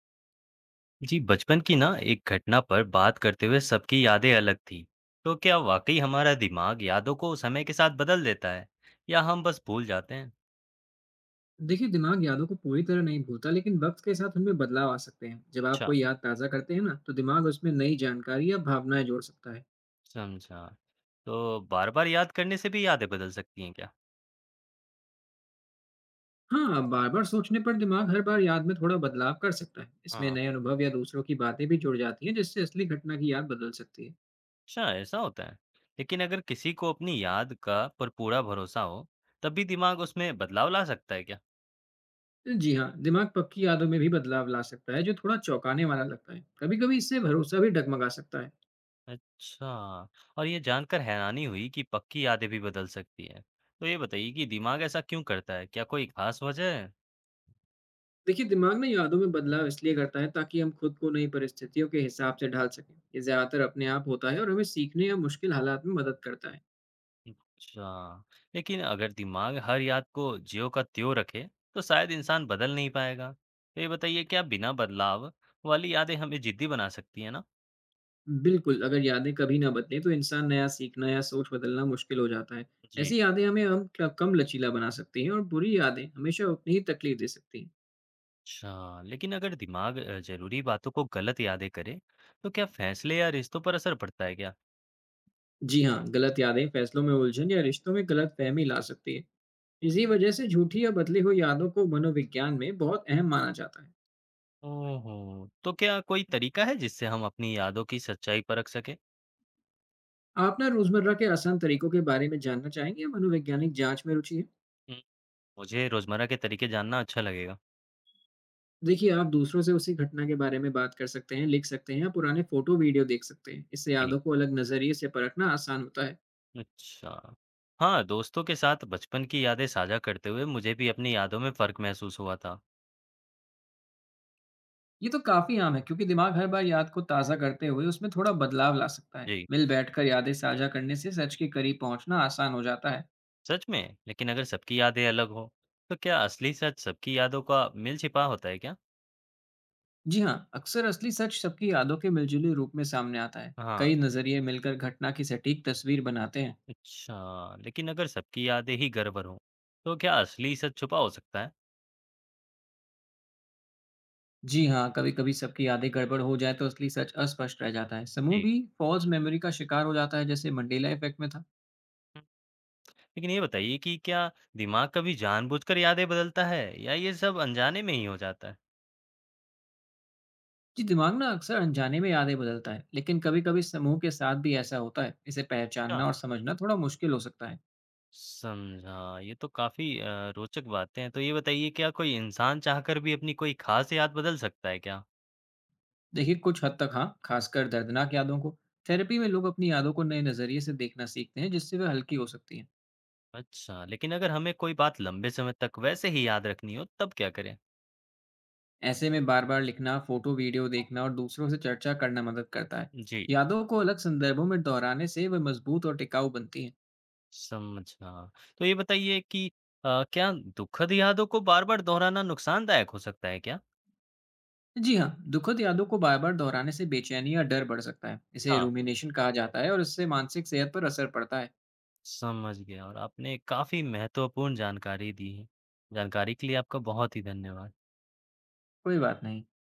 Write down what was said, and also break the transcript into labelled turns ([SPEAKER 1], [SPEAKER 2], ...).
[SPEAKER 1] जी, बचपन की ना एक घटना पर बात करते हुए सबकी यादें अलग थी। तो क्या वाकई हमारा दिमाग यादों को समय के साथ बदल देता है या हम बस भूल जाते हैं?
[SPEAKER 2] देखिए दिमाग यादों को पूरी तरह नहीं भूलता, लेकिन वक्त के साथ उनमें बदलाव आ सकते हैं। जब आप
[SPEAKER 1] अच्छा,
[SPEAKER 2] कोई याद ताज़ा करते हैं ना, तो दिमाग उसमें नई जानकारी या भावनाएं जोड़ सकता है।
[SPEAKER 1] समझा। तो बार-बार याद करने से भी यादें बदल सकती हैं क्या?
[SPEAKER 2] हाँ, बार बार सोचने पर दिमाग हर बार याद में थोड़ा बदलाव कर सकता है। इसमें
[SPEAKER 1] हाँ,
[SPEAKER 2] नए अनुभव या दूसरों की बातें भी जुड़ जाती हैं, जिससे असली घटना की याद बदल सकती है।
[SPEAKER 1] अच्छा ऐसा होता है। लेकिन अगर किसी को अपनी याद का पर पूरा भरोसा हो, तब भी दिमाग उसमें बदलाव ला सकता है क्या?
[SPEAKER 2] जी हाँ, दिमाग पक्की यादों में भी बदलाव ला सकता है, जो थोड़ा चौंकाने वाला लगता है। कभी कभी इससे भरोसा भी डगमगा सकता है।
[SPEAKER 1] अच्छा, और ये जानकर हैरानी हुई कि पक्की यादें भी बदल सकती हैं। तो ये बताइए कि दिमाग ऐसा क्यों करता है? क्या कोई खास वजह है?
[SPEAKER 2] देखिए, दिमाग ना यादों में बदलाव इसलिए करता है ताकि हम खुद को नई परिस्थितियों के हिसाब से ढाल सकें। ये ज़्यादातर अपने आप होता है और हमें सीखने या मुश्किल हालात में मदद करता है।
[SPEAKER 1] अच्छा, लेकिन अगर दिमाग हर याद को ज्यों का त्यों रखे तो शायद इंसान बदल नहीं पाएगा। तो ये बताइए क्या बिना बदलाव वाली यादें हमें जिद्दी बना सकती है ना।
[SPEAKER 2] बिल्कुल, अगर यादें कभी ना बदलें तो इंसान नया सीखना या सोच बदलना मुश्किल हो जाता है।
[SPEAKER 1] जी।
[SPEAKER 2] ऐसी यादें हमें हम क कम लचीला बना सकती हैं, और बुरी यादें हमेशा उतनी ही तकलीफ दे सकती हैं।
[SPEAKER 1] अच्छा, लेकिन अगर दिमाग जरूरी बातों को गलत यादें करे तो क्या फैसले या रिश्तों पर असर पड़ता है क्या?
[SPEAKER 2] जी हाँ, गलत यादें फैसलों में उलझन या रिश्तों में गलतफ़हमी ला सकती हैं। इसी वजह से झूठी या बदली हुई यादों को मनोविज्ञान में बहुत अहम माना जाता है।
[SPEAKER 1] ओहो, तो क्या कोई तरीका है जिससे हम अपनी यादों की सच्चाई परख सके?
[SPEAKER 2] आप ना रोजमर्रा के आसान तरीकों के बारे में जानना चाहेंगे या मनोवैज्ञानिक जांच में रुचि है?
[SPEAKER 1] हम्म, मुझे रोजमर्रा के तरीके जानना अच्छा लगेगा।
[SPEAKER 2] देखिए, आप दूसरों से उसी घटना के बारे में बात कर सकते हैं, लिख सकते हैं या पुराने फोटो वीडियो देख सकते हैं। इससे
[SPEAKER 1] जी।
[SPEAKER 2] यादों को अलग नजरिए से परखना आसान होता है।
[SPEAKER 1] अच्छा। हाँ, दोस्तों के साथ बचपन की यादें साझा करते हुए मुझे भी अपनी यादों में फ़र्क महसूस हुआ था।
[SPEAKER 2] ये तो काफी आम है क्योंकि दिमाग हर बार याद को ताज़ा करते हुए उसमें थोड़ा बदलाव ला सकता है।
[SPEAKER 1] जी,
[SPEAKER 2] मिल बैठकर यादें साझा करने से सच के करीब पहुंचना आसान हो जाता है।
[SPEAKER 1] सच में। लेकिन अगर सबकी यादें अलग हों, तो क्या असली सच सबकी यादों का मिल-छिपा होता है क्या?
[SPEAKER 2] जी हाँ, अक्सर असली सच सबकी यादों के मिलजुले रूप में सामने आता है।
[SPEAKER 1] हाँ,
[SPEAKER 2] कई नजरिए मिलकर घटना की सटीक तस्वीर बनाते हैं।
[SPEAKER 1] अच्छा। लेकिन अगर सबकी यादें ही गड़बड़ हों, तो क्या असली सच छुपा हो सकता है?
[SPEAKER 2] जी हाँ, कभी-कभी सबकी यादें गड़बड़ हो जाए तो असली सच अस्पष्ट रह जाता है। समूह
[SPEAKER 1] जी।
[SPEAKER 2] भी फॉल्स मेमोरी का शिकार हो जाता है, जैसे मंडेला इफेक्ट में था।
[SPEAKER 1] हम्म, लेकिन ये बताइए कि क्या दिमाग कभी जानबूझकर यादें बदलता है या ये सब अनजाने में ही हो जाता
[SPEAKER 2] जी, दिमाग ना अक्सर अनजाने में यादें बदलता है, लेकिन कभी-कभी समूह के साथ भी ऐसा होता है। इसे
[SPEAKER 1] है?
[SPEAKER 2] पहचानना और समझना थोड़ा मुश्किल हो सकता है।
[SPEAKER 1] समझा। ये तो काफ़ी रोचक बातें हैं। तो ये बताइए क्या कोई इंसान चाहकर भी अपनी कोई ख़ास याद बदल सकता है क्या?
[SPEAKER 2] देखिए, कुछ हद तक हाँ, खासकर दर्दनाक यादों को। थेरेपी में लोग अपनी यादों को नए नज़रिए से देखना सीखते हैं, जिससे वे हल्की हो सकती हैं।
[SPEAKER 1] अच्छा, लेकिन अगर हमें कोई बात लंबे समय तक वैसे ही याद रखनी हो तब क्या करें?
[SPEAKER 2] ऐसे में बार-बार लिखना, फोटो वीडियो देखना और दूसरों से चर्चा करना मदद करता है।
[SPEAKER 1] जी,
[SPEAKER 2] यादों को अलग संदर्भों में दोहराने से वे मजबूत और टिकाऊ बनती हैं।
[SPEAKER 1] समझा। तो ये बताइए कि क्या दुखद यादों को बार-बार दोहराना नुकसानदायक हो सकता है क्या?
[SPEAKER 2] जी हाँ, दुखद यादों को बार-बार दोहराने से बेचैनी या डर बढ़ सकता है। इसे
[SPEAKER 1] हाँ,
[SPEAKER 2] रूमिनेशन कहा जाता है, और इससे मानसिक सेहत पर असर पड़ता है।
[SPEAKER 1] समझ गया और आपने काफ़ी महत्वपूर्ण जानकारी दी है। जानकारी के लिए आपका बहुत ही धन्यवाद।
[SPEAKER 2] कोई बात नहीं।